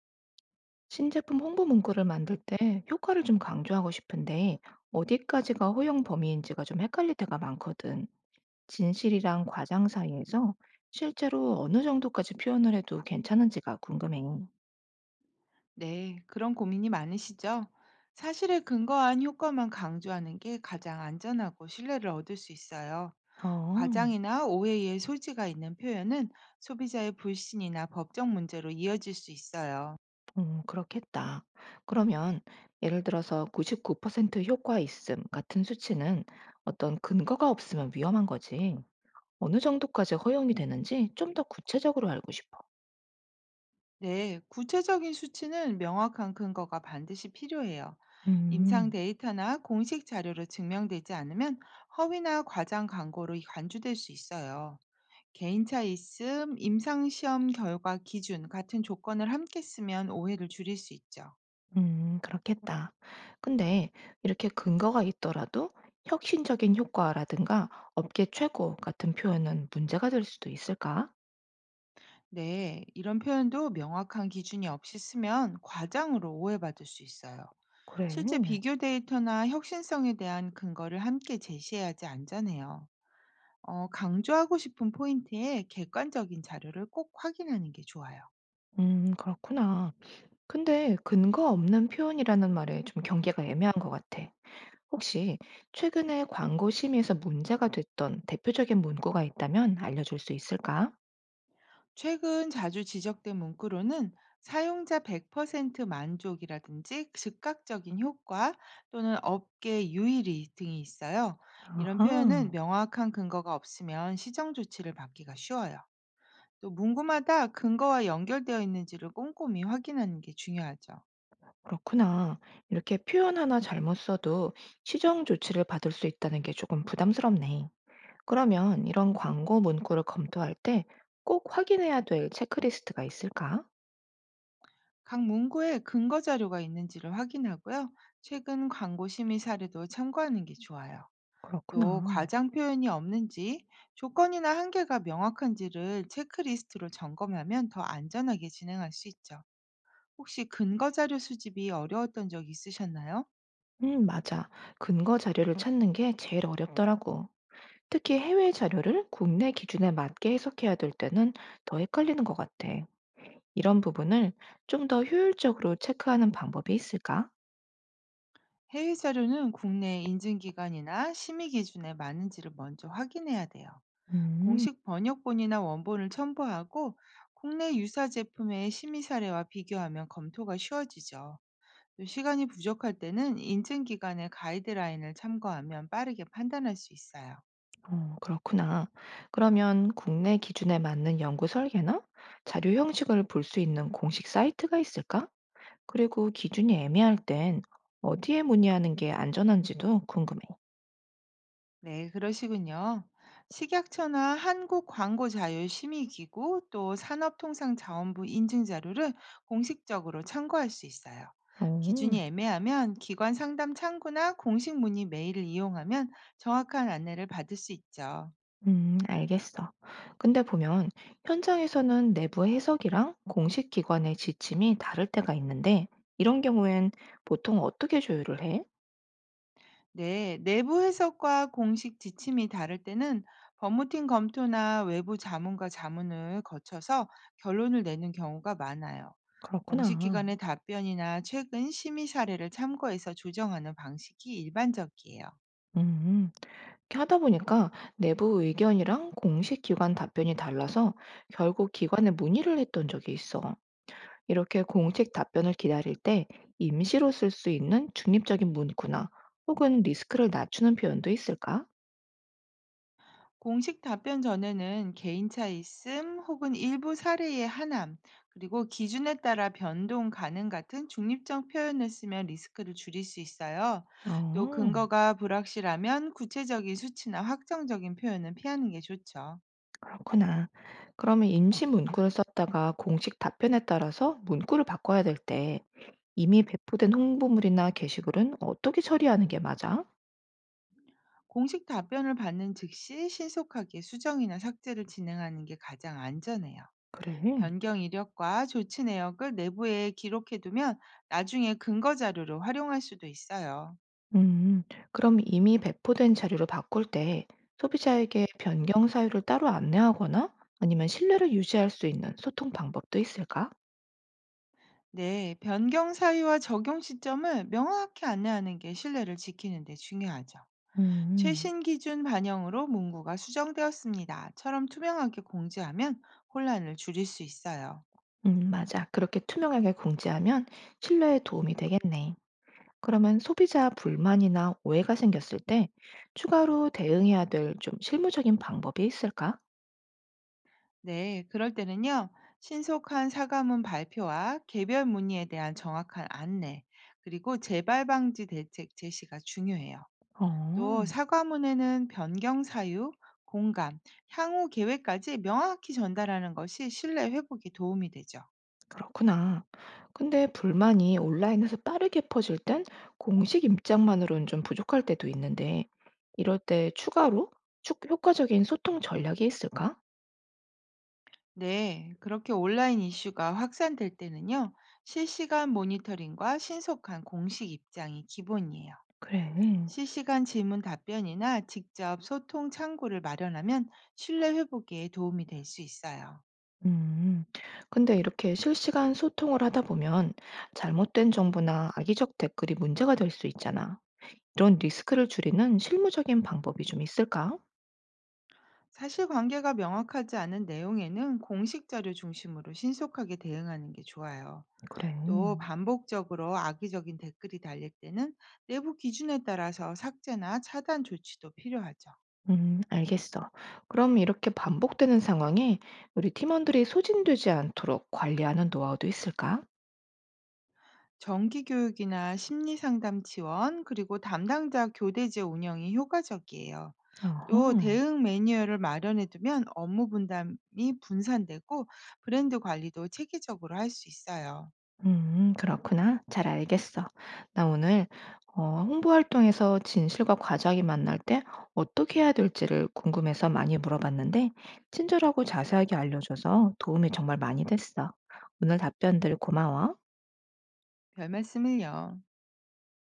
신제품 홍보 문구를 만들 때 효과를 좀 강조하고 싶은데 어디까지가 허용 범위인지가 좀 헷갈릴 때가 많거든. 진실이랑 과장 사이에서 실제로 어느 정도까지 표현을 해도 괜찮은지가 궁금해. 네, 그런 고민이 많으시죠? 사실에 근거한 효과만 강조하는 게 가장 안전하고 신뢰를 얻을 수 있어요. 어. 과장이나 오해의 소지가 있는 표현은 소비자의 불신이나 법적 문제로 이어질 수 있어요. 그렇겠다. 그러면 예를 들어서 99% 효과 있음 같은 수치는 어떤 근거가 없으면 위험한 거지. 어느 정도까지 허용이 되는지 좀 더 구체적으로 알고 싶어. 네, 구체적인 수치는 명확한 근거가 반드시 필요해요. 임상 음. 데이터나 공식 자료로 증명되지 않으면 허위나 과장 광고로 간주될 수 있어요. 개인차 있음, 임상시험 결과 기준 같은 조건을 함께 쓰면 오해를 줄일 수 있죠. 그렇겠다. 근데 이렇게 근거가 있더라도 혁신적인 효과라든가 업계 최고 같은 표현은 문제가 될 수도 있을까? 네, 이런 표현도 명확한 기준이 없이 쓰면 과장으로 오해받을 수 있어요. 그래. 실제 비교 데이터나 혁신성에 대한 근거를 함께 제시해야지 안전해요. 강조하고 싶은 포인트에 객관적인 자료를 꼭 확인하는 게 좋아요. 그렇구나. 근데 근거 없는 표현이라는 말에 좀 경계가 애매한 것 같아. 혹시 최근에 광고 심의에서 문제가 됐던 대표적인 문구가 있다면 알려줄 수 있을까? 최근 자주 지적된 문구로는 사용자 100% 만족이라든지 즉각적인 효과 또는 업계 유일이 등이 있어요. 이런 표현은 아하. 명확한 근거가 없으면 시정 조치를 받기가 쉬워요. 또 문구마다 근거와 연결되어 있는지를 꼼꼼히 확인하는 게 중요하죠. 그렇구나. 이렇게 표현 하나 잘못 써도 시정 조치를 받을 수 있다는 게 조금 부담스럽네. 그러면 이런 광고 문구를 검토할 때 꼭 확인해야 될 체크리스트가 있을까? 각 문구에 근거 자료가 있는지를 확인하고요. 최근 광고 심의 사례도 참고하는 게 좋아요. 또 그렇구나. 과장 표현이 없는지, 조건이나 한계가 명확한지를 체크리스트로 점검하면 더 안전하게 진행할 수 있죠. 혹시 근거 자료 수집이 어려웠던 적 있으셨나요? 맞아. 근거 자료를 찾는 게 제일 어렵더라고. 특히 해외 자료를 국내 기준에 맞게 해석해야 될 때는 더 헷갈리는 것 같아. 이런 부분을 좀 더 효율적으로 체크하는 방법이 있을까? 해외 자료는 국내 인증 기관이나 심의 기준에 맞는지를 먼저 확인해야 돼요. 음, 공식 번역본이나 원본을 첨부하고 국내 유사 제품의 심의 사례와 비교하면 검토가 쉬워지죠. 또 시간이 부족할 때는 인증 기관의 가이드라인을 참고하면 빠르게 판단할 수 있어요. 그렇구나. 그러면 국내 기준에 맞는 연구 설계나 자료 형식을 볼 수 있는 공식 사이트가 있을까? 그리고 기준이 애매할 땐 어디에 문의하는 게 안전한지도 궁금해. 네, 그러시군요. 식약처나 한국광고자율심의기구 또 산업통상자원부 인증자료를 공식적으로 참고할 수 있어요. 오. 기준이 애매하면 기관 상담 창구나 공식 문의 메일을 이용하면 정확한 안내를 받을 수 있죠. 알겠어. 근데 보면 현장에서는 내부 해석이랑 공식 기관의 지침이 다를 때가 있는데 이런 경우엔 보통 어떻게 조율을 해? 네, 내부 해석과 공식 지침이 다를 때는 법무팀 검토나 외부 자문과 자문을 거쳐서 결론을 내는 경우가 많아요. 공식 그렇구나. 기관의 답변이나 최근 심의 사례를 참고해서 조정하는 방식이 일반적이에요. 음, 이렇게 하다 보니까 내부 의견이랑 공식 기관 답변이 달라서 결국 기관에 문의를 했던 적이 있어. 이렇게 공식 답변을 기다릴 때 임시로 쓸 수 있는 중립적인 문구나 혹은 리스크를 낮추는 표현도 있을까? 공식 답변 전에는 개인차 있음 혹은 일부 사례의 한함, 그리고 기준에 따라 변동 가능 같은 중립적 표현을 쓰면 리스크를 줄일 수 있어요. 또 어, 근거가 불확실하면 구체적인 수치나 확정적인 표현은 피하는 게 좋죠. 그렇구나. 그러면 임시 문구를 썼다가 공식 답변에 따라서 문구를 바꿔야 될 때 이미 배포된 홍보물이나 게시글은 어떻게 처리하는 게 맞아? 공식 답변을 받는 즉시 신속하게 수정이나 삭제를 진행하는 게 가장 안전해요. 그래. 변경 이력과 조치 내역을 내부에 기록해두면 나중에 근거 자료로 활용할 수도 있어요. 음, 그럼 이미 배포된 자료를 바꿀 때 소비자에게 변경 사유를 따로 안내하거나 아니면 신뢰를 유지할 수 있는 소통 방법도 있을까? 네, 변경 사유와 적용 시점을 명확히 안내하는 게 신뢰를 지키는 데 중요하죠. 음. 최신 기준 반영으로 문구가 수정되었습니다.처럼 투명하게 공지하면 혼란을 줄일 수 있어요. 맞아. 그렇게 투명하게 공지하면 신뢰에 도움이 되겠네. 그러면 소비자 불만이나 오해가 생겼을 때 추가로 대응해야 될 좀 실무적인 방법이 있을까? 네, 그럴 때는요. 신속한 사과문 발표와 개별 문의에 대한 정확한 안내, 그리고 재발 방지 대책 제시가 중요해요. 어, 또 사과문에는 변경 사유, 공감, 향후 계획까지 명확히 전달하는 것이 신뢰 회복에 도움이 되죠. 그렇구나. 근데 불만이 온라인에서 빠르게 퍼질 땐 공식 입장만으로는 좀 부족할 때도 있는데 이럴 때 추가로 효과적인 소통 전략이 있을까? 네, 그렇게 온라인 이슈가 확산될 때는요, 실시간 모니터링과 신속한 공식 입장이 기본이에요. 그래. 실시간 질문 답변이나 직접 소통 창구를 마련하면 신뢰 회복에 도움이 될 수 있어요. 음, 근데 이렇게 실시간 소통을 하다 보면 잘못된 정보나 악의적 댓글이 문제가 될 수 있잖아. 이런 리스크를 줄이는 실무적인 방법이 좀 있을까? 사실관계가 명확하지 않은 내용에는 공식 자료 중심으로 신속하게 대응하는 게 좋아요. 그래. 또 반복적으로 악의적인 댓글이 달릴 때는 내부 기준에 따라서 삭제나 차단 조치도 필요하죠. 알겠어. 그럼 이렇게 반복되는 상황에 우리 팀원들이 소진되지 않도록 관리하는 노하우도 있을까? 정기 교육이나 심리 상담 지원, 그리고 담당자 교대제 운영이 효과적이에요. 어허. 또 대응 매뉴얼을 마련해 두면 업무 분담이 분산되고 브랜드 관리도 체계적으로 할 수 있어요. 그렇구나. 잘 알겠어. 나 오늘 홍보 활동에서 진실과 과장이 만날 때 어떻게 해야 될지를 궁금해서 많이 물어봤는데, 친절하고 자세하게 알려줘서 도움이 정말 많이 됐어. 오늘 답변들 고마워. 별 말씀을요.